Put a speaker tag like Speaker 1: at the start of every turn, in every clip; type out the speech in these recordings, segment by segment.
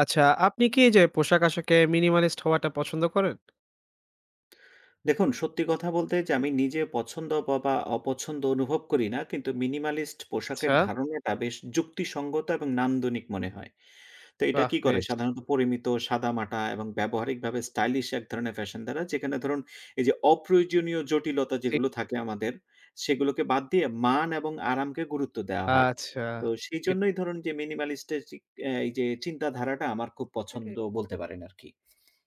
Speaker 1: আচ্ছা, আপনি কি এই যে পোশাক-আশাকে minimalist হওয়াটা পছন্দ করেন?
Speaker 2: দেখুন, সত্যি কথা বলতে যে আমি নিজে পছন্দ বা অপছন্দ অনুভব করি না। কিন্তু মিনিমালিস্ট
Speaker 1: আচ্ছা,
Speaker 2: পোশাকের ধারণাটা বেশ যুক্তিসঙ্গত এবং নান্দনিক মনে হয়। তো এটা
Speaker 1: বাহ!
Speaker 2: কি করে?
Speaker 1: বেশ।
Speaker 2: সাধারণত পরিমিত, সাদামাটা এবং ব্যবহারিকভাবে স্টাইলিশ এক ধরনের ফ্যাশন দ্বারা যেখানে ধরুন এই যে অপ্রয়োজনীয় জটিলতা
Speaker 1: ঠিক
Speaker 2: যেগুলো থাকে আমাদের, সেগুলোকে বাদ দিয়ে মান এবং আরামকে গুরুত্ব দেওয়া হয়।
Speaker 1: আচ্ছা।
Speaker 2: তো সেইজন্যই ধরুন যে মিনিমালিস্টের চিক অ্যা এই যে চিন্তাধারাটা আমার খুব পছন্দ
Speaker 1: এট
Speaker 2: বলতে পারেন আরকি।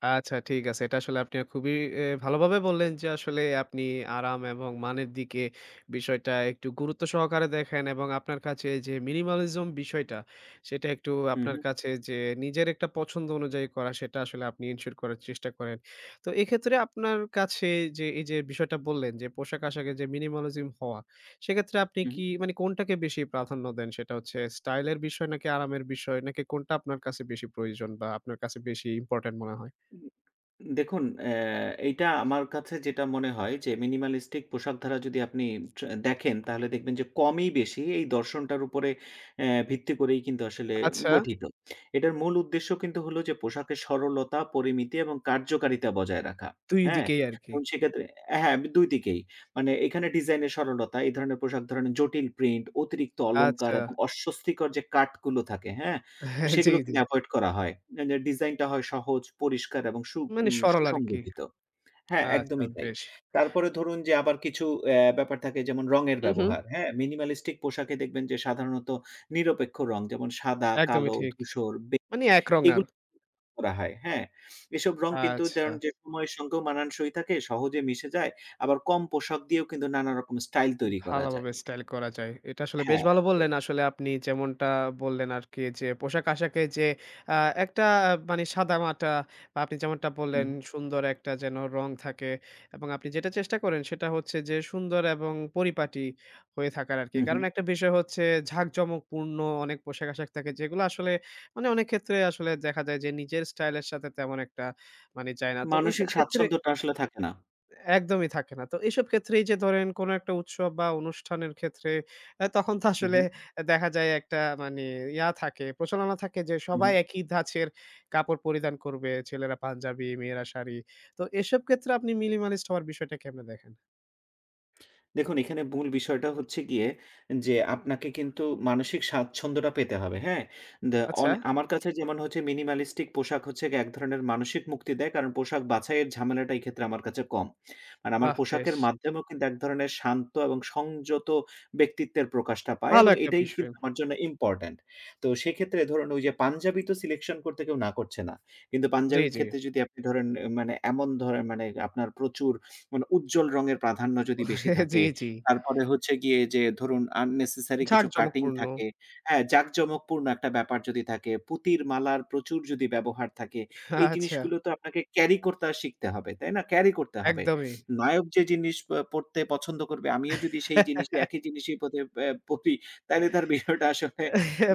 Speaker 1: আচ্ছা ঠিক আছে। এটা আসলে আপনি খুবই ভালোভাবে বললেন যে আসলে আপনি আরাম এবং মানের দিকে বিষয়টা একটু গুরুত্ব সহকারে দেখেন এবং আপনার কাছে যে minimalism বিষয়টা সেটা একটু
Speaker 2: হু,
Speaker 1: আপনার
Speaker 2: হু,
Speaker 1: কাছে যে নিজের একটা পছন্দ অনুযায়ী করা সেটা আসলে আপনি এনশিওর করার চেষ্টা করেন। তো এক্ষেত্রে আপনার কাছে যে এই যে বিষয়টা বললেন যে পোশাক-আশাকে যে minimalism হওয়া, সেক্ষেত্রে আপনি
Speaker 2: হু,
Speaker 1: কি মানে কোনটাকে বেশি প্রাধান্য দেন? সেটা হচ্ছে স্টাইলের বিষয় নাকি আরামের বিষয় নাকি কোনটা আপনার কাছে বেশি প্রয়োজন বা আপনার কাছে বেশি ইম্পোর্টেন্ট মনে হয়?
Speaker 2: হু। দেখুন, এইটা আমার কাছে যেটা মনে হয় যে মিনিমালিস্টিক পোশাকধারা যদি আপনি দেখেন তাহলে দেখবেন যে কমই বেশি এই দর্শনটার উপরে ভিত্তি করেই কিন্তু আসলে
Speaker 1: আচ্ছা।
Speaker 2: গঠিত। এটার মূল উদ্দেশ্য কিন্তু হলো যে পোশাকের সরলতা, পরিমিতি এবং কার্যকারিতা বজায় রাখা।
Speaker 1: ২
Speaker 2: হ্যাঁ?
Speaker 1: দিকেই আরকি।
Speaker 2: এবং সেক্ষেত্রে হ্যাঁ, ২ দিকেই। মানে এখানে ডিজাইনের সরলতা, এই ধরনের পোশাক ধরেন জটিল প্রিন্ট, অতিরিক্ত অলংকার
Speaker 1: আচ্ছা।
Speaker 2: এবং অস্বস্তিকর যে কাটগুলো থাকে, হ্যাঁ?
Speaker 1: হ্যাঁ, জি,
Speaker 2: সেগুলো
Speaker 1: জি।
Speaker 2: কিন্তু এভয়েড করা হয়। যে ডিজাইনটা হয় সহজ, পরিষ্কার এবং সু
Speaker 1: মানে
Speaker 2: উম
Speaker 1: সরল আরকি।
Speaker 2: সুসংগঠিত। হ্যাঁ,
Speaker 1: আচ্ছা
Speaker 2: একদমই তাই।
Speaker 1: বেশ।
Speaker 2: তারপরে ধরুন যে আবার কিছু ব্যাপার থাকে যেমন রঙের
Speaker 1: হু, হু।
Speaker 2: ব্যবহার। হ্যাঁ? মিনিমালিস্টিক পোশাকে দেখবেন যে সাধারণত নিরপেক্ষ রং যেমন সাদা,
Speaker 1: একদমই
Speaker 2: কালো,
Speaker 1: ঠিক।
Speaker 2: ধূসর,
Speaker 1: মানে একরঙার।
Speaker 2: এগুলো করা হয়। হ্যাঁ? এসব রং কিন্তু
Speaker 1: আচ্ছা।
Speaker 2: ধরেন যে সময়ের সঙ্গেও মানানসই থাকে, সহজে মিশে যায়। আবার কম পোশাক দিয়েও কিন্তু নানা রকম স্টাইল তৈরি করা যায়।
Speaker 1: ভালোভাবে স্টাইল করা যায়। এটা আসলে বেশ
Speaker 2: হ্যাঁ।
Speaker 1: ভালো
Speaker 2: তো
Speaker 1: বললেন আসলে আপনি যেমনটা বললেন আরকি যে পোশাক-আশাকে যে আ একটা মানে সাদামাটা বা আপনি যেমনটা বললেন
Speaker 2: হুম,
Speaker 1: সুন্দর একটা যেন রং থাকে এবং আপনি যেটা চেষ্টা করেন সেটা হচ্ছে যে সুন্দর এবং পরিপাটি হয়ে থাকার আরকি।
Speaker 2: হুম,
Speaker 1: কারণ
Speaker 2: হুম।
Speaker 1: একটা বিষয় হচ্ছে ঝাঁকজমকপূর্ণ অনেক পোশাক-আশাক থাকে যেগুলো আসলে মানে অনেক ক্ষেত্রে আসলে দেখা যায় যে নিজের স্টাইলের সাথে তেমন একটা মানে যায় না। তো এসব
Speaker 2: মানসিক
Speaker 1: ক্ষেত্রে
Speaker 2: স্বাচ্ছন্দ্যটা আসলে থাকে না।
Speaker 1: একদমই থাকে না। তো এসব ক্ষেত্রে এই যে ধরেন কোনো একটা উৎসব বা অনুষ্ঠানের ক্ষেত্রে তখন তো
Speaker 2: হু,
Speaker 1: আসলে
Speaker 2: হু,
Speaker 1: দেখা যায় একটা মানে ইয়া থাকে, প্রচলনা থাকে যে
Speaker 2: হু।
Speaker 1: সবাই একই ধাঁচের কাপড় পরিধান করবে। ছেলেরা পাঞ্জাবি, মেয়েরা শাড়ি। তো এসব ক্ষেত্রে আপনি মিনিমালিস্ট হওয়ার বিষয়টা কেমনে দেখেন?
Speaker 2: দেখুন, এখানে মূল বিষয়টা হচ্ছে গিয়ে যে আপনাকে কিন্তু মানসিক স্বাচ্ছন্দ্যটা পেতে হবে, হ্যাঁ? দ্যা
Speaker 1: আচ্ছা,
Speaker 2: অন আমার কাছে যেমন হচ্ছে মিনিমালিস্টিক পোশাক হচ্ছে গিয়ে এক ধরনের মানসিক মুক্তি দেয়। কারণ পোশাক বাছাইয়ের ঝামেলাটা এই ক্ষেত্রে আমার কাছে কম। আর আমার
Speaker 1: বাহ! বেশ
Speaker 2: পোশাকের মাধ্যমেও কিন্তু এক ধরনের শান্ত এবং সংযত ব্যক্তিত্বের প্রকাশটা পায়
Speaker 1: ভালো
Speaker 2: এবং
Speaker 1: একটা
Speaker 2: এটাই
Speaker 1: বিষয়।
Speaker 2: কিন্তু আমার জন্য ইম্পোর্টেন্ট। তো সেক্ষেত্রে ধরুন ওই যে পাঞ্জাবি তো সিলেকশন করতে কেউ না করছে না। কিন্তু
Speaker 1: জি,
Speaker 2: পাঞ্জাবির
Speaker 1: জি।
Speaker 2: ক্ষেত্রে যদি আপনি ধরেন মানে এমন ধরেন মানে আপনার প্রচুর মানে উজ্জ্বল রঙের প্রাধান্য যদি বেশি
Speaker 1: জি,
Speaker 2: থাকে,
Speaker 1: জি।
Speaker 2: তারপরে হচ্ছে গিয়ে যে ধরুন unnecessary কিছু কাটিং
Speaker 1: জাঁকজমকপূর্ণ।
Speaker 2: থাকে, হ্যাঁ? জাঁকজমকপূর্ণ একটা ব্যাপার যদি থাকে, পুঁতির মালার প্রচুর যদি ব্যবহার থাকে, এই
Speaker 1: আচ্ছা,
Speaker 2: জিনিসগুলো তো আপনাকে ক্যারি করতে আর শিখতে হবে, তাই না? ক্যারি করতে হবে।
Speaker 1: একদমই।
Speaker 2: নায়ক যে জিনিস পড়তে পছন্দ করবে, আমিও যদি সেই একই জিনিসই পথে অ্যা পড়ি, তাইলে তার বিষয়টা আসলে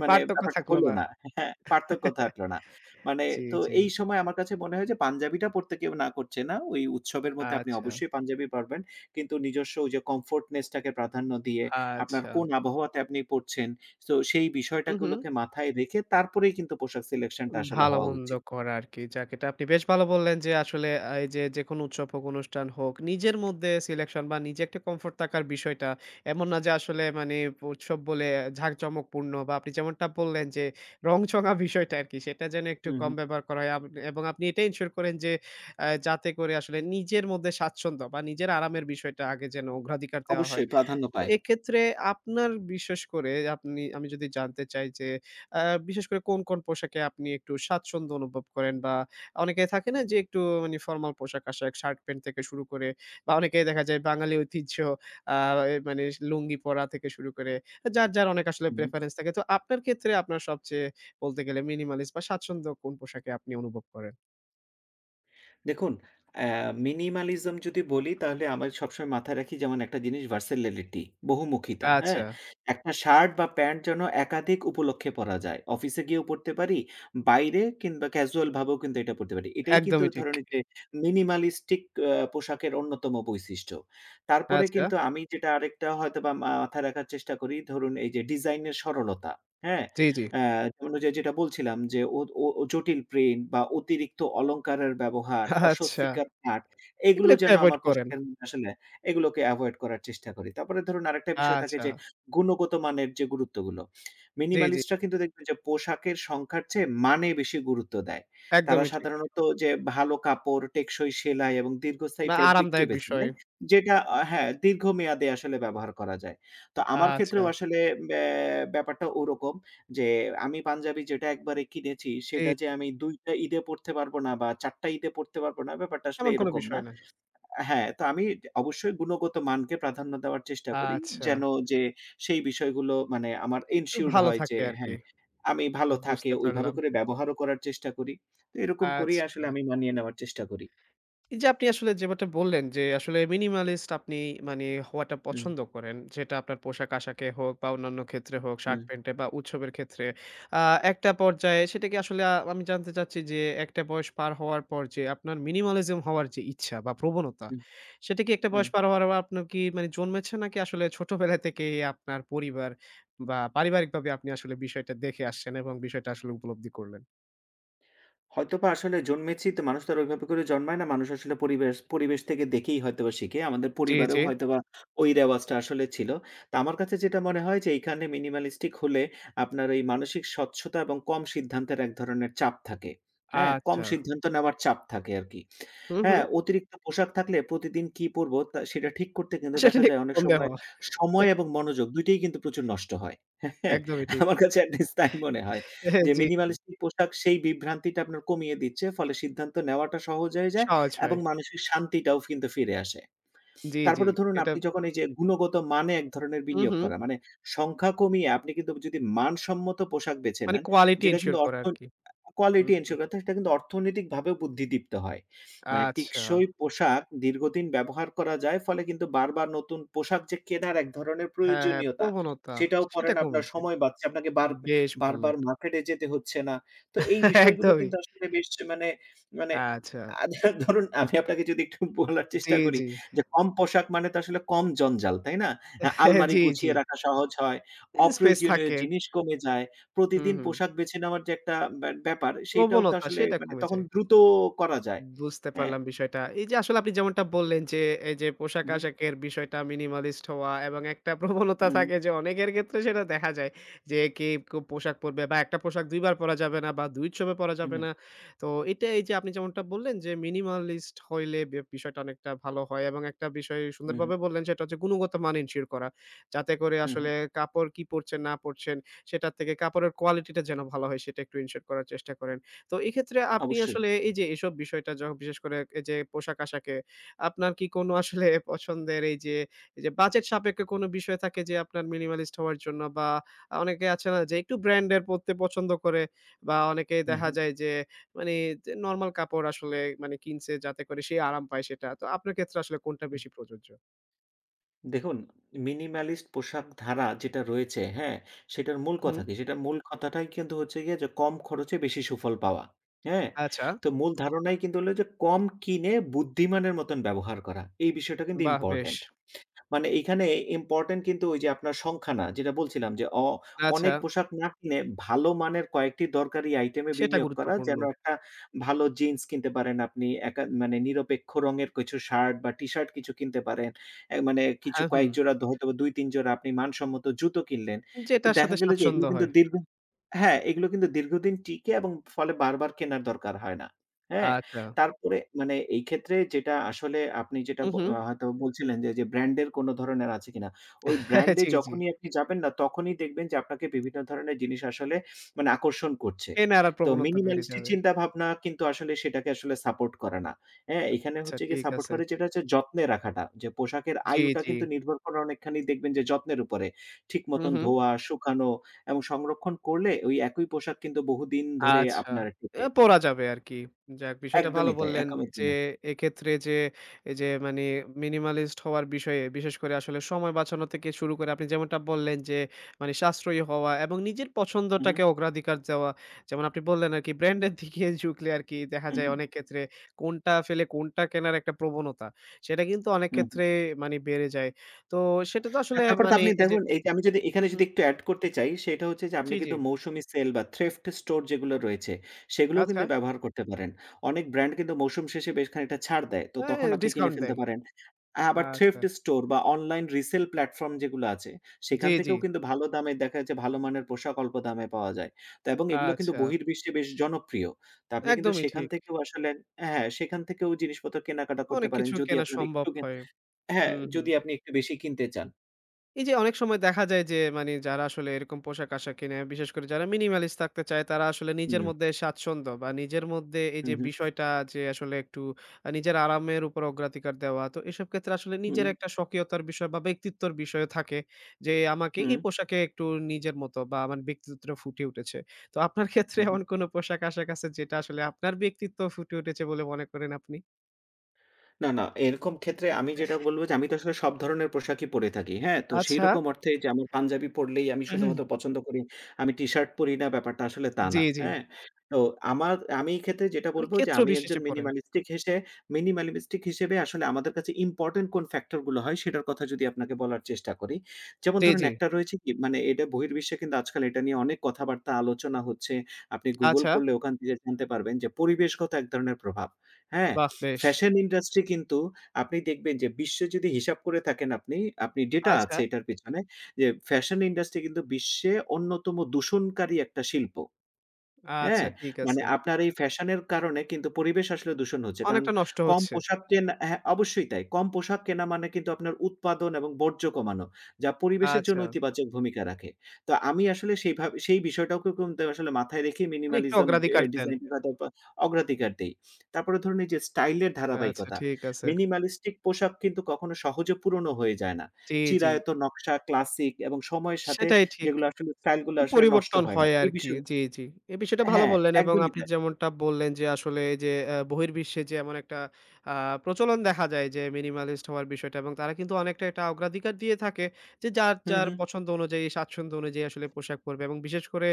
Speaker 2: মানে
Speaker 1: পার্থক্য
Speaker 2: ব্যাপারটা
Speaker 1: থাকলো
Speaker 2: হলো
Speaker 1: না।
Speaker 2: না। হ্যাঁ, পার্থক্য থাকলো না। মানে
Speaker 1: জি,
Speaker 2: তো
Speaker 1: জি।
Speaker 2: এই সময় আমার কাছে মনে হয় যে পাঞ্জাবিটা পড়তে কেউ না করছে না। ওই উৎসবের মধ্যে আপনি
Speaker 1: আচ্ছা,
Speaker 2: অবশ্যই পাঞ্জাবি পরবেন। কিন্তু নিজস্ব ওই যে কমফোর্টনেস টাকে প্রাধান্য দিয়ে আপনার
Speaker 1: আচ্ছা।
Speaker 2: কোন আবহাওয়াতে আপনি পড়ছেন। তো সেই
Speaker 1: হুম, হুম।
Speaker 2: বিষয়টাগুলোকে মাথায় রেখে তারপরেই কিন্তু পোশাক সিলেকশন টা আসলে হওয়া
Speaker 1: ভালো-মন্দ
Speaker 2: উচিত।
Speaker 1: করা আরকি। যাক এটা আপনি বেশ ভালো বললেন যে আসলে এই যে যেকোনো উৎসব হোক, অনুষ্ঠান হোক, নিজের মধ্যে সিলেকশন বা নিজে একটা কমফোর্ট থাকার বিষয়টা। এমন না যে আসলে মানে উৎসব বলে ঝাঁকজমকপূর্ণ বা আপনি যেমনটা বললেন যে রংচঙা বিষয়টা আরকি সেটা যেন একটু
Speaker 2: হুম,
Speaker 1: কম
Speaker 2: হুম।
Speaker 1: ব্যবহার করা হয়। এবং আপনি এটা এনশিওর করেন যে যাতে করে আসলে নিজের মধ্যে স্বাচ্ছন্দ্য বা নিজের আরামের বিষয়টা আগে যেন অগ্রাধিকার দেওয়া হয়।
Speaker 2: অবশ্যই প্রাধান্য
Speaker 1: তো
Speaker 2: পায়।
Speaker 1: এক্ষেত্রে আপনার বিশেষ করে আপনি আমি যদি জানতে চাই যে, আ বিশেষ করে কোন পোশাকে আপনি একটু স্বাচ্ছন্দ্য অনুভব করেন? বা অনেকে থাকে না যে একটু মানে ফরমাল পোশাক-আশাক শার্ট প্যান্ট থেকে শুরু করে বা অনেকেই দেখা যায় বাঙালি ঐতিহ্য আ এ মানে লুঙ্গি পরা থেকে শুরু করে যার অনেক আসলে
Speaker 2: হুম।
Speaker 1: প্রেফারেন্স থাকে। তো আপনার ক্ষেত্রে আপনার সবচেয়ে বলতে গেলে মিনিমালিস্ট বা স্বাচ্ছন্দ্য কোন পোশাকে আপনি অনুভব করেন?
Speaker 2: দেখুন, অ্যা মিনিমালিজম যদি বলি তাহলে আমার সবসময় মাথায় রাখি যেমন একটা জিনিস ভার্সেলিলিটি, বহুমুখিতা,
Speaker 1: আচ্ছা,
Speaker 2: হ্যাঁ? একটা শার্ট বা প্যান্ট যেন একাধিক উপলক্ষে পরা যায়। অফিসে গিয়েও পড়তে পারি, বাইরে কিংবা ক্যাজুয়াল ভাবেও কিন্তু এটা পড়তে পারি। এটাই কিন্তু
Speaker 1: একদমই ঠিক।
Speaker 2: ধরেন এই যে মিনিমালিস্টিক পোশাকের অন্যতম বৈশিষ্ট্য। তারপরে
Speaker 1: আচ্ছা,
Speaker 2: কিন্তু আমি যেটা আরেকটা হয়তোবা মাথায় রাখার চেষ্টা করি ধরুন এই যে ডিজাইনের সরলতা, হ্যাঁ?
Speaker 1: জি, জি।
Speaker 2: আ যেমন ওইযে যেটা বলছিলাম যে ও ও ও জটিল প্রিন্ট বা অতিরিক্ত অলংকারের ব্যবহার,
Speaker 1: আচ্ছা,
Speaker 2: অস্বস্তিকর পাঠ
Speaker 1: এগুলো
Speaker 2: এগুলো
Speaker 1: একটু
Speaker 2: যেন
Speaker 1: এভয়েড
Speaker 2: আমার
Speaker 1: করেন।
Speaker 2: পোশাকের মধ্যে আসলে এগুলোকে এভয়েড করার চেষ্টা করি। তারপরে ধরুন আরেকটা বিষয় থাকে
Speaker 1: আচ্ছা,
Speaker 2: যে গুণগত মানের যে গুরুত্বগুলো।
Speaker 1: জি, জি।
Speaker 2: মিনিমালিস্টরা কিন্তু দেখবেন যে পোশাকের সংখ্যার চেয়ে মানে বেশি গুরুত্ব দেয়। তারা
Speaker 1: একদমই ঠিক।
Speaker 2: সাধারণত যে ভালো কাপড়, টেকসই সেলাই এবং দীর্ঘস্থায়ী
Speaker 1: না
Speaker 2: ফেব্রিককে
Speaker 1: আরামদায়ক
Speaker 2: বেছে
Speaker 1: বিষয়।
Speaker 2: নেয়। যেটা হ্যাঁ, দীর্ঘমেয়াদে আসলে ব্যবহার করা যায়। তো আমার
Speaker 1: আচ্ছা।
Speaker 2: ক্ষেত্রেও আসলে ব্যা ব্যাপারটা ওরকম। যে আমি পাঞ্জাবি যেটা একবারে কিনেছি
Speaker 1: জি,
Speaker 2: সেটা যে আমি ২ টা ঈদে পড়তে পারবো না বা ৪ টা ঈদে পড়তে পারবো না ব্যাপারটা আসলে
Speaker 1: এমন কোনো
Speaker 2: এরকম না।
Speaker 1: বিষয় না।
Speaker 2: হ্যাঁ, তো আমি অবশ্যই গুণগত মানকে প্রাধান্য দেওয়ার চেষ্টা করি।
Speaker 1: আচ্ছা।
Speaker 2: যেন যে সেই বিষয়গুলো মানে আমার
Speaker 1: একটু
Speaker 2: এনশিওরড
Speaker 1: ভালো
Speaker 2: হয় যে
Speaker 1: থাকে আরকি।
Speaker 2: হ্যাঁ, আমি ভালো থাকে
Speaker 1: বুঝতে
Speaker 2: ওইভাবে
Speaker 1: পারলাম।
Speaker 2: করে ব্যবহারও করার চেষ্টা করি। তো এরকম করেই
Speaker 1: আচ্ছা।
Speaker 2: আসলে আমি মানিয়ে নেওয়ার চেষ্টা করি।
Speaker 1: এই যে আপনি আসলে যেমনটা বললেন যে আসলে মিনিমালিস্ট আপনি মানে হওয়াটা
Speaker 2: হুম,
Speaker 1: পছন্দ করেন। যেটা আপনার পোশাক-আশাকে হোক বা অন্যান্য ক্ষেত্রে হোক, শার্ট
Speaker 2: হুম,
Speaker 1: প্যান্টে বা উৎসবের ক্ষেত্রে। আ একটা পর্যায়ে সেটা কি আসলে আমি জানতে চাচ্ছি যে একটা বয়স পার হওয়ার পর যে আপনার মিনিমালিজম হওয়ার যে ইচ্ছা বা প্রবণতা,
Speaker 2: হুম,
Speaker 1: সেটা কি একটা
Speaker 2: হুম।
Speaker 1: বয়স পার হওয়ার পর আপনার কি মানে জন্মেছে নাকি আসলে ছোটবেলা থেকেই আপনার পরিবার বা পারিবারিকভাবে আপনি আসলে বিষয়টা দেখে আসছেন এবং বিষয়টা আসলে উপলব্ধি করলেন?
Speaker 2: হয়তোবা আসলে জন্মেছি তো মানুষ তো আর ওইভাবে করে জন্মায় না। মানুষ আসলে পরিবেশ পরিবেশ থেকে দেখেই হয়তোবা শিখে। আমাদের
Speaker 1: জি,
Speaker 2: পরিবারেও
Speaker 1: জি।
Speaker 2: হয়তোবা ওই রেওয়াজটা আসলে ছিল। তো আমার কাছে যেটা মনে হয় যে এইখানে মিনিমালিস্টিক হলে আপনার এই মানসিক স্বচ্ছতা এবং কম সিদ্ধান্তের এক ধরনের চাপ থাকে। হ্যাঁ? কম
Speaker 1: আচ্ছা।
Speaker 2: সিদ্ধান্ত নেওয়ার চাপ থাকে আরকি।
Speaker 1: হুম, হুম।
Speaker 2: হ্যাঁ, অতিরিক্ত পোশাক থাকলে প্রতিদিন কি পরব তা সেটা ঠিক করতে কিন্তু
Speaker 1: সেটা
Speaker 2: দেখা
Speaker 1: নিয়ে
Speaker 2: যায় অনেক
Speaker 1: সন্দেহ।
Speaker 2: সময় সময় এবং মনোযোগ ২ টাই কিন্তু প্রচুর নষ্ট হয়। হ্যাঁ, হ্যাঁ?
Speaker 1: একদমই ঠিক।
Speaker 2: আমার কাছে অ্যাটলিস্ট তাই মনে হয়। যে
Speaker 1: জি, জি।
Speaker 2: minimalistic পোশাক সেই বিভ্রান্তিটা আপনার কমিয়ে দিচ্ছে। ফলে সিদ্ধান্ত নেওয়াটা সহজ হয়ে যায়
Speaker 1: সহজ হয়।
Speaker 2: এবং মানসিক শান্তিটাও কিন্তু ফিরে আসে।
Speaker 1: জি, জি।
Speaker 2: তারপরে ধরুন
Speaker 1: এটা
Speaker 2: আপনি যখন এই যে গুণগত মানে এক ধরনের
Speaker 1: হুম,
Speaker 2: বিনিয়োগ
Speaker 1: হুম।
Speaker 2: করা মানে সংখ্যা কমিয়ে আপনি কিন্তু যদি মানসম্মত পোশাক বেছে
Speaker 1: মানে
Speaker 2: নেন,
Speaker 1: কোয়ালিটি
Speaker 2: যেটা
Speaker 1: এনশিওর
Speaker 2: কিন্তু
Speaker 1: করে
Speaker 2: অর্থ
Speaker 1: আরকি।
Speaker 2: কোয়ালিটি
Speaker 1: হুম, হুম।
Speaker 2: এনশিওর করতে হয়, সেটা কিন্তু অর্থনৈতিকভাবেও বুদ্ধিদীপ্ত হয়। মানে
Speaker 1: আচ্ছা।
Speaker 2: টিকসই পোশাক দীর্ঘদিন ব্যবহার করা যায় ফলে কিন্তু বারবার নতুন পোশাক যে কেনার এক ধরনের
Speaker 1: হ্যাঁ, হ্যাঁ,
Speaker 2: প্রয়োজনীয়তা,
Speaker 1: প্রবণতা
Speaker 2: সেটাও পড়ে
Speaker 1: সেটা
Speaker 2: না
Speaker 1: কমে
Speaker 2: আপনার
Speaker 1: যায়।
Speaker 2: সময় বাঁচছে। আপনাকে বার
Speaker 1: বেশ
Speaker 2: বারবার
Speaker 1: বললেন।
Speaker 2: মার্কেটে যেতে হচ্ছে না। তো এই বিষয়গুলো
Speaker 1: একদমই।
Speaker 2: কিন্তু আসলে বেশ মানে, মানে
Speaker 1: আচ্ছা।
Speaker 2: আ ধরুন আমি আপনাকে যদি একটু বলার
Speaker 1: জি,
Speaker 2: চেষ্টা করি
Speaker 1: জি।
Speaker 2: যে কম পোশাক মানে তো আসলে কম জঞ্জাল, তাই না? আলমারি
Speaker 1: জি, জি।
Speaker 2: গুছিয়ে রাখা সহজ হয়,
Speaker 1: স্পেস
Speaker 2: অপ্রয়োজনীয়
Speaker 1: থাকে।
Speaker 2: জিনিস কমে যায়।
Speaker 1: হুম,
Speaker 2: প্রতিদিন
Speaker 1: হুম।
Speaker 2: পোশাক বেছে নেওয়ার যে একটা ব্যাপার সেইটাও তো
Speaker 1: প্রবণতা
Speaker 2: আসলে
Speaker 1: সেটা
Speaker 2: মানে
Speaker 1: কমে
Speaker 2: তখন
Speaker 1: যায়।
Speaker 2: দ্রুত করা যায়।
Speaker 1: বুঝতে
Speaker 2: হ্যাঁ?
Speaker 1: পারলাম বিষয়টা। এই যে আসলে আপনি যেমনটা বললেন যে, এই যে
Speaker 2: উহু,
Speaker 1: পোশাক-আশাকের বিষয়টা মিনিমালিস্ট হওয়া এবং একটা প্রবণতা
Speaker 2: উহু,
Speaker 1: থাকে যে অনেকের ক্ষেত্রে সেটা দেখা যায় যে কে কো পোশাক পরবে বা একটা পোশাক ২ বার পরা যাবে না বা ২ উৎসবে পরা যাবে
Speaker 2: উহু,
Speaker 1: না। তো এটা এই যে আপনি যেমনটা বললেন যে মিনিমালিস্ট হইলে বিষয়টা অনেকটা ভালো হয় এবং একটা বিষয়
Speaker 2: উহু,
Speaker 1: সুন্দরভাবে বললেন সেটা হচ্ছে গুণগত মান এনশিওর করা। যাতে করে আসলে
Speaker 2: উহু,
Speaker 1: কাপড় কি পরছেন না পরছেন সেটার থেকে কাপড়ের কোয়ালিটিটা যেন ভালো হয় সেটা একটু এনশিওর করার চেষ্টা করেন। তো এক্ষেত্রে আপনি
Speaker 2: অবশ্যই।
Speaker 1: আসলে এই যে এসব বিষয়টা বিশেষ করে এই যে পোশাক-আশাকে আপনার কি কোনো আসলে পছন্দের এই যে, এই যে বাজেট সাপেক্ষে কোনো বিষয় থাকে যে আপনার মিনিমালিস্ট হওয়ার জন্য বা অনেকে আছে না যে একটু ব্র্যান্ডের পড়তে পছন্দ করে বা অনেকেই
Speaker 2: উহু,
Speaker 1: দেখা
Speaker 2: হু।
Speaker 1: যায় যে মানে যে নরমাল কাপড় আসলে মানে কিনছে যাতে করে সে আরাম পায় সেটা। তো আপনার ক্ষেত্রে আসলে কোনটা বেশি প্রযোজ্য?
Speaker 2: দেখুন, মিনিমালিস্ট পোশাক ধারা যেটা রয়েছে, হ্যাঁ? সেটার মূল
Speaker 1: হুম,
Speaker 2: কথা কি? সেটার মূল কথাটাই কিন্তু হচ্ছে গিয়ে যে কম খরচে বেশি সুফল পাওয়া। হ্যাঁ?
Speaker 1: আচ্ছা।
Speaker 2: তো মূল ধারণাই কিন্তু হলো যে কম কিনে বুদ্ধিমানের মতন ব্যবহার করা। এই বিষয়টা কিন্তু
Speaker 1: বাহ! বেশ।
Speaker 2: ইম্পোর্টেন্ট। মানে এইখানে ইম্পোর্টেন্ট কিন্তু ওই যে আপনার সংখ্যা না। যেটা বলছিলাম যে
Speaker 1: আচ্ছা,
Speaker 2: অনেক পোশাক না কিনে ভালো মানের কয়েকটি দরকারি আইটেমে
Speaker 1: সেটা
Speaker 2: বিনিয়োগ করা।
Speaker 1: গুরুত্বপূর্ণ।
Speaker 2: যেন একটা ভালো জিন্স কিনতে পারেন আপনি, একা মানে নিরপেক্ষ রঙের কিছু শার্ট বা টি-শার্ট কিছু কিনতে পারেন। মানে কিছু
Speaker 1: হ্যাঁ, হুম।
Speaker 2: কয়েক জোড়া হয়তোবা ২-৩ জোড়া আপনি মানসম্মত জুতো কিনলেন।
Speaker 1: যেটার
Speaker 2: দেখা
Speaker 1: সাথে
Speaker 2: গেল যে
Speaker 1: স্বাচ্ছন্দ্য
Speaker 2: এগুলো কিন্তু
Speaker 1: হয়।
Speaker 2: দীর্ঘ হ্যাঁ, এগুলো কিন্তু দীর্ঘদিন টিকে এবং ফলে বারবার কেনার দরকার হয় না। হ্যাঁ?
Speaker 1: আচ্ছা।
Speaker 2: তারপরে মানে এই ক্ষেত্রে যেটা আসলে আপনি যেটা
Speaker 1: হু,
Speaker 2: ব
Speaker 1: হু।
Speaker 2: আ হয়তো বলছিলেন যে ব্র্যান্ডের কোন ধরনের আছে কিনা? ওই ব্র্যান্ডে
Speaker 1: জি, জি।
Speaker 2: যখনই আপনি যাবেন না তখনই দেখবেন যে আপনাকে বিভিন্ন ধরনের জিনিস আসলে মানে আকর্ষণ করছে।
Speaker 1: এই নাড়ার
Speaker 2: তো
Speaker 1: প্রবণতা বেড়ে
Speaker 2: মিনিমালিস্টিক
Speaker 1: যাবে।
Speaker 2: চিন্তাভাবনা কিন্তু আসলে সেটাকে আসলে সাপোর্ট করে না। হ্যাঁ? এখানে
Speaker 1: আচ্ছা
Speaker 2: হচ্ছে গিয়ে
Speaker 1: ঠিক
Speaker 2: সাপোর্ট
Speaker 1: আছে।
Speaker 2: করে যেটা হচ্ছে যত্নে রাখাটা। যে পোশাকের
Speaker 1: জি,
Speaker 2: আয়ুটা
Speaker 1: জি।
Speaker 2: কিন্তু নির্ভর করে অনেকখানি দেখবেন যে যত্নের উপরে। ঠিক
Speaker 1: হু,
Speaker 2: মতন
Speaker 1: হু।
Speaker 2: ধোয়া, শুকানো এবং সংরক্ষণ করলে ওই একই পোশাক কিন্তু বহুদিন ধরে
Speaker 1: আচ্ছা।
Speaker 2: আপনার টেকে।
Speaker 1: পড়া যাবে আরকি। যাক বিষয়টা ভালো
Speaker 2: একদমই তাই।
Speaker 1: বললেন
Speaker 2: একমই
Speaker 1: যে
Speaker 2: তিনি।
Speaker 1: এক্ষেত্রে যে এই যে মানে মিনিমালিস্ট হওয়ার বিষয়ে বিশেষ করে আসলে সময় বাঁচানো থেকে শুরু করে আপনি যেমনটা বললেন যে মানে সাশ্রয়ী হওয়া এবং নিজের
Speaker 2: হু, হু।
Speaker 1: পছন্দটাকে অগ্রাধিকার দেওয়া। যেমন আপনি বললেন আরকি ব্র্যান্ডের দিকে ঝুঁকলে আরকি দেখা
Speaker 2: হুম,
Speaker 1: যায়
Speaker 2: হুম,
Speaker 1: অনেক ক্ষেত্রে কোনটা ফেলে কোনটা কেনার একটা প্রবণতা। সেটা কিন্তু অনেক
Speaker 2: হুম, হুম।
Speaker 1: ক্ষেত্রে মানে বেড়ে যায়। তো সেটা তো
Speaker 2: আ
Speaker 1: আসলে
Speaker 2: তারপরে তো
Speaker 1: মানে
Speaker 2: আপনি
Speaker 1: এই যে
Speaker 2: দেখুন এইটা আমি যদি এখানে
Speaker 1: হুম,
Speaker 2: যদি
Speaker 1: হুম।
Speaker 2: একটু এড করতে চাই সেটা হচ্ছে যে আপনি
Speaker 1: জি, জি।
Speaker 2: কিন্তু মৌসুমি সেল বা থ্রিফট স্টোর যেগুলো রয়েছে সেগুলোও
Speaker 1: আচ্ছা।
Speaker 2: কিন্তু ব্যবহার করতে পারেন। অনেক ব্র্যান্ড কিন্তু মৌসুম শেষে বেশ খানিকটা ছাড় দেয়। তো
Speaker 1: এ
Speaker 2: তখন আপনি কিনে
Speaker 1: ডিসকাউন্ট
Speaker 2: ফেলতে
Speaker 1: দেয়।
Speaker 2: পারেন। আবার
Speaker 1: আচ্ছা।
Speaker 2: থ্রিফট স্টোর বা অনলাইন রিসেল প্ল্যাটফর্ম যেগুলো আছে সেখান
Speaker 1: জি, জি।
Speaker 2: থেকেও কিন্তু ভালো দামে দেখা যাচ্ছে ভালো মানের পোশাক অল্প দামে পাওয়া যায়। তো এবং এগুলো কিন্তু
Speaker 1: আচ্ছা,
Speaker 2: বহির্বিশ্বে বেশ জনপ্রিয়। তো আপনি কিন্তু
Speaker 1: একদমই
Speaker 2: সেখান
Speaker 1: ঠিক।
Speaker 2: থেকেও আসলে হ্যাঁ, সেখান থেকেও জিনিসপত্র কেনাকাটা করতে
Speaker 1: অনেক
Speaker 2: পারেন
Speaker 1: কিছু
Speaker 2: যদি
Speaker 1: কেনা
Speaker 2: আপনার
Speaker 1: সম্ভব
Speaker 2: একটু
Speaker 1: হয়।
Speaker 2: হ্যাঁ,
Speaker 1: হুম, হুম।
Speaker 2: যদি আপনি একটু বেশি কিনতে চান।
Speaker 1: এই যে অনেক সময় দেখা যায় যে মানে যারা আসলে এরকম পোশাক-আশাক কিনে, বিশেষ করে যারা minimalist থাকতে চায় তারা আসলে নিজের
Speaker 2: হুম,
Speaker 1: মধ্যে স্বাচ্ছন্দ্য বা নিজের মধ্যে এই
Speaker 2: হু,
Speaker 1: যে
Speaker 2: হু,
Speaker 1: বিষয়টা যে আসলে একটু নিজের আরামের উপর অগ্রাধিকার দেওয়া। তো এসব ক্ষেত্রে আসলে
Speaker 2: হু,
Speaker 1: নিজের একটা স্বকীয়তার বিষয় বা ব্যক্তিত্বর বিষয় থাকে যে আমাকে
Speaker 2: হু,
Speaker 1: এই পোশাকে একটু নিজের মতো বা আমার ব্যক্তিত্বটা ফুটে উঠেছে। তো আপনার ক্ষেত্রে
Speaker 2: হু।
Speaker 1: এমন কোন পোশাক-আশাক আছে যেটা আসলে আপনার ব্যক্তিত্ব ফুটে উঠেছে বলে মনে করেন আপনি?
Speaker 2: না, না। এরকম ক্ষেত্রে আমি যেটা বলব যে আমি তো আসলে সব ধরনের পোশাকই পরে থাকি। হ্যাঁ? তো
Speaker 1: আচ্ছা।
Speaker 2: সেইরকম অর্থে যে আমার পাঞ্জাবি পরলেই আমি শুধুমাত্র পছন্দ করি, আমি টি-শার্ট পরি না ব্যাপারটা আসলে তা
Speaker 1: জি,
Speaker 2: না।
Speaker 1: জি।
Speaker 2: হ্যাঁ? তো আমার আমি এই ক্ষেত্রে যেটা
Speaker 1: মানে
Speaker 2: বলব যে
Speaker 1: ক্ষেত্র
Speaker 2: আমি একজন
Speaker 1: বিশেষে পড়েন।
Speaker 2: মিনিমালিস্টিক হেসে মিনিমালিস্টিক হিসেবে আসলে আমাদের কাছে ইম্পোর্টেন্ট কোন ফ্যাক্টর গুলো হয় সেটার কথা যদি আপনাকে বলার চেষ্টা করি। যেমন
Speaker 1: জি,
Speaker 2: ধরুন
Speaker 1: জি।
Speaker 2: একটা রয়েছে কি মানে এটা বহির্বিশ্বে কিন্তু আজকাল এটা নিয়ে অনেক কথাবার্তা আলোচনা হচ্ছে। আপনি Google
Speaker 1: আচ্ছা,
Speaker 2: করলে ওখান থেকে জানতে পারবেন যে পরিবেশগত এক ধরনের প্রভাব। হ্যাঁ?
Speaker 1: বাহ! বেশ।
Speaker 2: ফ্যাশন ইন্ডাস্ট্রি কিন্তু আপনি দেখবেন যে বিশ্বে যদি হিসাব করে থাকেন আপনি, আপনি ডেটা
Speaker 1: আচ্ছা,
Speaker 2: আছে এটার পেছনে যে ফ্যাশন ইন্ডাস্ট্রি কিন্তু বিশ্বে অন্যতম দূষণকারী একটা শিল্প।
Speaker 1: আচ্ছা
Speaker 2: হ্যাঁ?
Speaker 1: ঠিক
Speaker 2: মানে
Speaker 1: আছে।
Speaker 2: আপনার এই ফ্যাশনের কারণে কিন্তু পরিবেশ আসলে দূষণ হচ্ছে। কারণ
Speaker 1: অনেকটা নষ্ট
Speaker 2: কম
Speaker 1: হচ্ছে।
Speaker 2: পোশাক কেনা হ্যাঁ, অবশ্যই তাই। কম পোশাক কেনা মানে কিন্তু আপনার উৎপাদন এবং বর্জ্য কমানো, যা পরিবেশের
Speaker 1: আচ্ছা,
Speaker 2: জন্য ইতিবাচক ভূমিকা রাখে। তো আমি আসলে সেই বিষয়টাকে কিন্তু আসলে মাথায় রেখেই
Speaker 1: মানে একটু
Speaker 2: মিনিমালিজম
Speaker 1: অগ্রাধিকার দেন।
Speaker 2: ডিজাইনটাকে হয়তো বা অগ্রাধিকার দেই। তারপরে ধরুন এই যে স্টাইলের
Speaker 1: আচ্ছা
Speaker 2: ধারাবাহিকতা।
Speaker 1: ঠিক আছে।
Speaker 2: মিনিমালিস্টিক পোশাক কিন্তু কখনো সহজে পুরনো হয়ে যায় না।
Speaker 1: জি, জি।
Speaker 2: চিরায়ত নকশা, ক্লাসিক এবং সময়ের সাথে
Speaker 1: সেটাই ঠিক।
Speaker 2: যেগুলো আসলে স্টাইলগুলো
Speaker 1: একটু
Speaker 2: আসলে নষ্ট
Speaker 1: পরিবর্তন
Speaker 2: হয় না।
Speaker 1: হয়
Speaker 2: এই
Speaker 1: আরকি।
Speaker 2: বিষয়
Speaker 1: জি, জি। এই বিষয়টা ভালো
Speaker 2: হ্যাঁ,
Speaker 1: বললেন এবং
Speaker 2: একদমই
Speaker 1: আপনি
Speaker 2: তাই।
Speaker 1: যেমনটা বললেন যে আসলে এই যে বহির্বিশ্বে যে এমন একটা আ প্রচলন দেখা যায় যে মিনিমালিস্ট হওয়ার বিষয়টা এবং তারা কিন্তু অনেকটা এটা অগ্রাধিকার দিয়ে থাকে যে
Speaker 2: হু,
Speaker 1: যার
Speaker 2: হু,
Speaker 1: পছন্দ অনুযায়ী স্বাচ্ছন্দ্য অনুযায়ী আসলে পোশাক পরবে এবং বিশেষ করে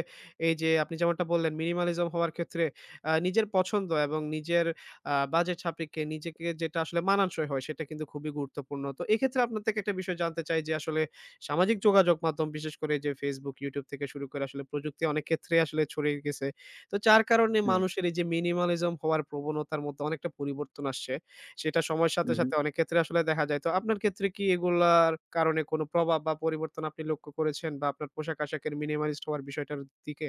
Speaker 1: এই যে আপনি যেমনটা বললেন মিনিমালিজম হওয়ার ক্ষেত্রে নিজের পছন্দ এবং নিজের বাজেট সাপেক্ষে নিজেকে যেটা আসলে মানানসই হয় সেটা কিন্তু খুবই গুরুত্বপূর্ণ। তো এক্ষেত্রে আপনার থেকে একটা বিষয় জানতে চাই যে আসলে সামাজিক যোগাযোগ মাধ্যম বিশেষ করে যে Facebook, YouTube থেকে শুরু করে আসলে প্রযুক্তি অনেক ক্ষেত্রে আসলে ছড়িয়ে গেছে। তো যার কারণে
Speaker 2: হু,
Speaker 1: মানুষের এই যে minimalism হওয়ার প্রবণতার মধ্যে অনেকটা পরিবর্তন আসছে। সেটা সময়ের
Speaker 2: হু, হু।
Speaker 1: সাথে অনেক ক্ষেত্রে আসলে দেখা যায়। তো আপনার ক্ষেত্রে কি এগুলার কারণে কোনো প্রভাব বা পরিবর্তন আপনি লক্ষ্য করেছেন বা আপনার পোশাক-আশাকের minimalist হওয়ার বিষয়টার দিকে?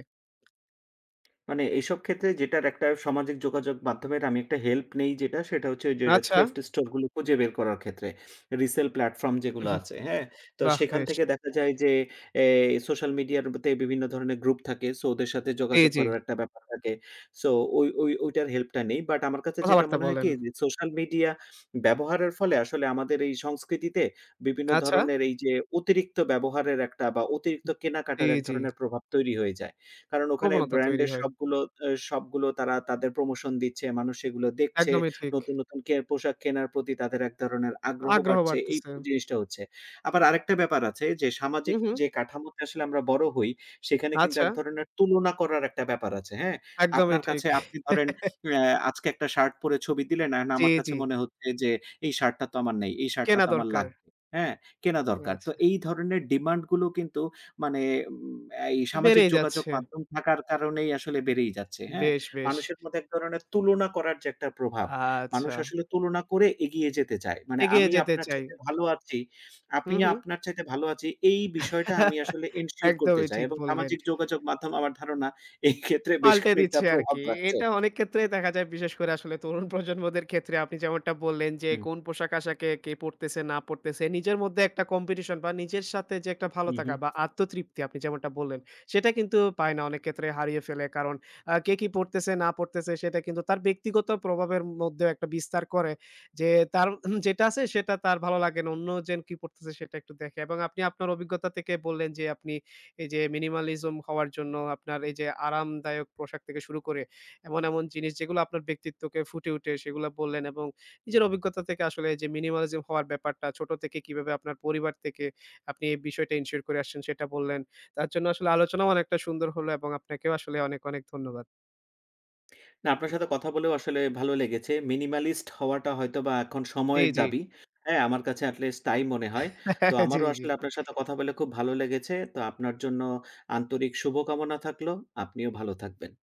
Speaker 2: মানে এইসব ক্ষেত্রে যেটার একটা সামাজিক যোগাযোগ মাধ্যমের আমি একটা হেল্প নেই যেটা, সেটা হচ্ছে ওই যে, যে
Speaker 1: আচ্ছা।
Speaker 2: থ্রিফট স্টোর গুলো খুঁজে বের করার ক্ষেত্রে। রিসেল প্ল্যাটফর্ম যেগুলো আছে, হ্যাঁ? তো
Speaker 1: বাহ!
Speaker 2: সেখান
Speaker 1: বেশ।
Speaker 2: থেকে দেখা যায় যে এ সোশ্যাল মিডিয়ার তে বিভিন্ন ধরনের গ্রুপ থাকে। সো ওদের সাথে
Speaker 1: জি,
Speaker 2: যোগাযোগ
Speaker 1: জি।
Speaker 2: করার একটা ব্যাপার থাকে। সো ওই ওই ওইটার হেল্পটা নেই। বাট আমার কাছে যেটা
Speaker 1: কথাবার্তা
Speaker 2: মনে হয়
Speaker 1: বলেন।
Speaker 2: কি যে সোশ্যাল মিডিয়া ব্যবহারের ফলে আসলে আমাদের এই সংস্কৃতিতে বিভিন্ন
Speaker 1: আচ্ছা।
Speaker 2: ধরনের এই যে অতিরিক্ত ব্যবহারের একটা বা অতিরিক্ত
Speaker 1: জি,
Speaker 2: কেনাকাটার এক
Speaker 1: জি।
Speaker 2: ধরনের প্রভাব তৈরি হয়ে যায়। কারণ ওখানে
Speaker 1: প্রবণতা তৈরি
Speaker 2: ব্র্যান্ডের
Speaker 1: হয়।
Speaker 2: সবগুলো তারা তাদের প্রমোশন দিচ্ছে। মানুষ সেগুলো দেখছে।
Speaker 1: একদমই ঠিক।
Speaker 2: নতুন, নতুন পোশাক কেনার প্রতি তাদের এক ধরনের আগ্রহ
Speaker 1: আগ্রহ
Speaker 2: বাড়ছে। এই
Speaker 1: বাড়তেছে।
Speaker 2: জিনিসটা হচ্ছে। আবার আরেকটা ব্যাপার আছে যে
Speaker 1: হু,
Speaker 2: সামাজিক
Speaker 1: হু।
Speaker 2: যে কাঠামোতে আসলে আমরা বড় হই, সেখানে কিন্তু
Speaker 1: আচ্ছা।
Speaker 2: এক ধরনের তুলনা করার একটা ব্যাপার আছে, হ্যাঁ?
Speaker 1: একদমই
Speaker 2: আপনার
Speaker 1: ঠিক।
Speaker 2: কাছে আপনি ধরেন অ্যা আজকে একটা শার্ট পরে ছবি দিলেন, and
Speaker 1: জি,
Speaker 2: আমার কাছে
Speaker 1: জি।
Speaker 2: মনে হচ্ছে যে এই শার্টটা তো আমার নেই। এই শার্টটা
Speaker 1: কেনা
Speaker 2: তো আমার
Speaker 1: দরকার।
Speaker 2: লাগবে। হ্যাঁ? কেনা দরকার।
Speaker 1: আচ্ছা।
Speaker 2: তো এই ধরনের ডিমান্ড গুলো কিন্তু মানে উম এই সামাজিক
Speaker 1: বেড়েই
Speaker 2: যোগাযোগ
Speaker 1: যাচ্ছে।
Speaker 2: মাধ্যম থাকার কারণেই আসলে বেড়েই যাচ্ছে, হ্যাঁ?
Speaker 1: বেশ, বেশ।
Speaker 2: মানুষের মধ্যে এক ধরনের তুলনা করার যে একটা প্রভাব,
Speaker 1: আচ্ছা।
Speaker 2: মানুষ আসলে তুলনা করে এগিয়ে যেতে চায়। মানে
Speaker 1: এগিয়ে
Speaker 2: আমি
Speaker 1: যেতে
Speaker 2: আপনার
Speaker 1: চাই।
Speaker 2: চাইতে ভালো আছি,
Speaker 1: হু,
Speaker 2: আপনি
Speaker 1: হু।
Speaker 2: আপনার চাইতে ভালো আছি, এই বিষয়টা আমি আসলে এনশিওর করতে
Speaker 1: একদমই
Speaker 2: চাই
Speaker 1: ঠিক
Speaker 2: এবং
Speaker 1: বললেন।
Speaker 2: সামাজিক যোগাযোগ মাধ্যম আমার ধারণা এই ক্ষেত্রে বেশ
Speaker 1: পাল্টে
Speaker 2: খানিকটা
Speaker 1: দিচ্ছে
Speaker 2: প্রভাব
Speaker 1: আরকি।
Speaker 2: রাখছে।
Speaker 1: এটা অনেক ক্ষেত্রেই দেখা যায় বিশেষ করে আসলে তরুণ প্রজন্মদের ক্ষেত্রে আপনি যেমনটা বললেন যে,
Speaker 2: হুম,
Speaker 1: কোন পোশাক-আশাকে কে পড়তেছে না পড়তেছে নিজের মধ্যে একটা কম্পিটিশন বা নিজের সাথে যে একটা ভালো
Speaker 2: হু, হু।
Speaker 1: থাকা বা আত্মতৃপ্তি আপনি যেমনটা বললেন, সেটা কিন্তু পায় না অনেক ক্ষেত্রে হারিয়ে ফেলে। কারণ কে কি পড়তেছে না পড়তেছে সেটা কিন্তু তার ব্যক্তিগত প্রভাবের মধ্যেও একটা বিস্তার করে। যে তার যেটা আছে সেটা তার ভালো লাগে না। অন্যজন কি পড়তেছে সেটা একটু দেখে এবং আপনি আপনার অভিজ্ঞতা থেকে বললেন যে আপনি এই যে মিনিমালিজম হওয়ার জন্য আপনার এই যে আরামদায়ক পোশাক থেকে শুরু করে এমন জিনিস যেগুলো আপনার ব্যক্তিত্বকে ফুটে উঠে সেগুলা বললেন এবং নিজের অভিজ্ঞতা থেকে আসলে যে মিনিমালিজম হওয়ার ব্যাপারটা ছোট থেকে কিভাবে আপনার পরিবার থেকে আপনি এই বিষয়টা এনশিওর করে আসছেন সেটা বললেন। তার জন্য আসলে আলোচনাও অনেকটা সুন্দর হলো এবং আপনাকেও আসলে অনেক ধন্যবাদ।
Speaker 2: না, আপনার সাথে কথা বলেও আসলে ভালো লেগেছে। মিনিমালিস্ট হওয়াটা হয়তোবা এখন
Speaker 1: জি,
Speaker 2: সময়ের
Speaker 1: জি।
Speaker 2: দাবি। হ্যাঁ? আমার কাছে at least তাই মনে হয়। তো
Speaker 1: জি,
Speaker 2: আমারও
Speaker 1: জি।
Speaker 2: আসলে আপনার সাথে কথা বলে খুব ভালো লেগেছে। তো আপনার জন্য আন্তরিক শুভকামনা থাকলো। আপনিও ভালো থাকবেন।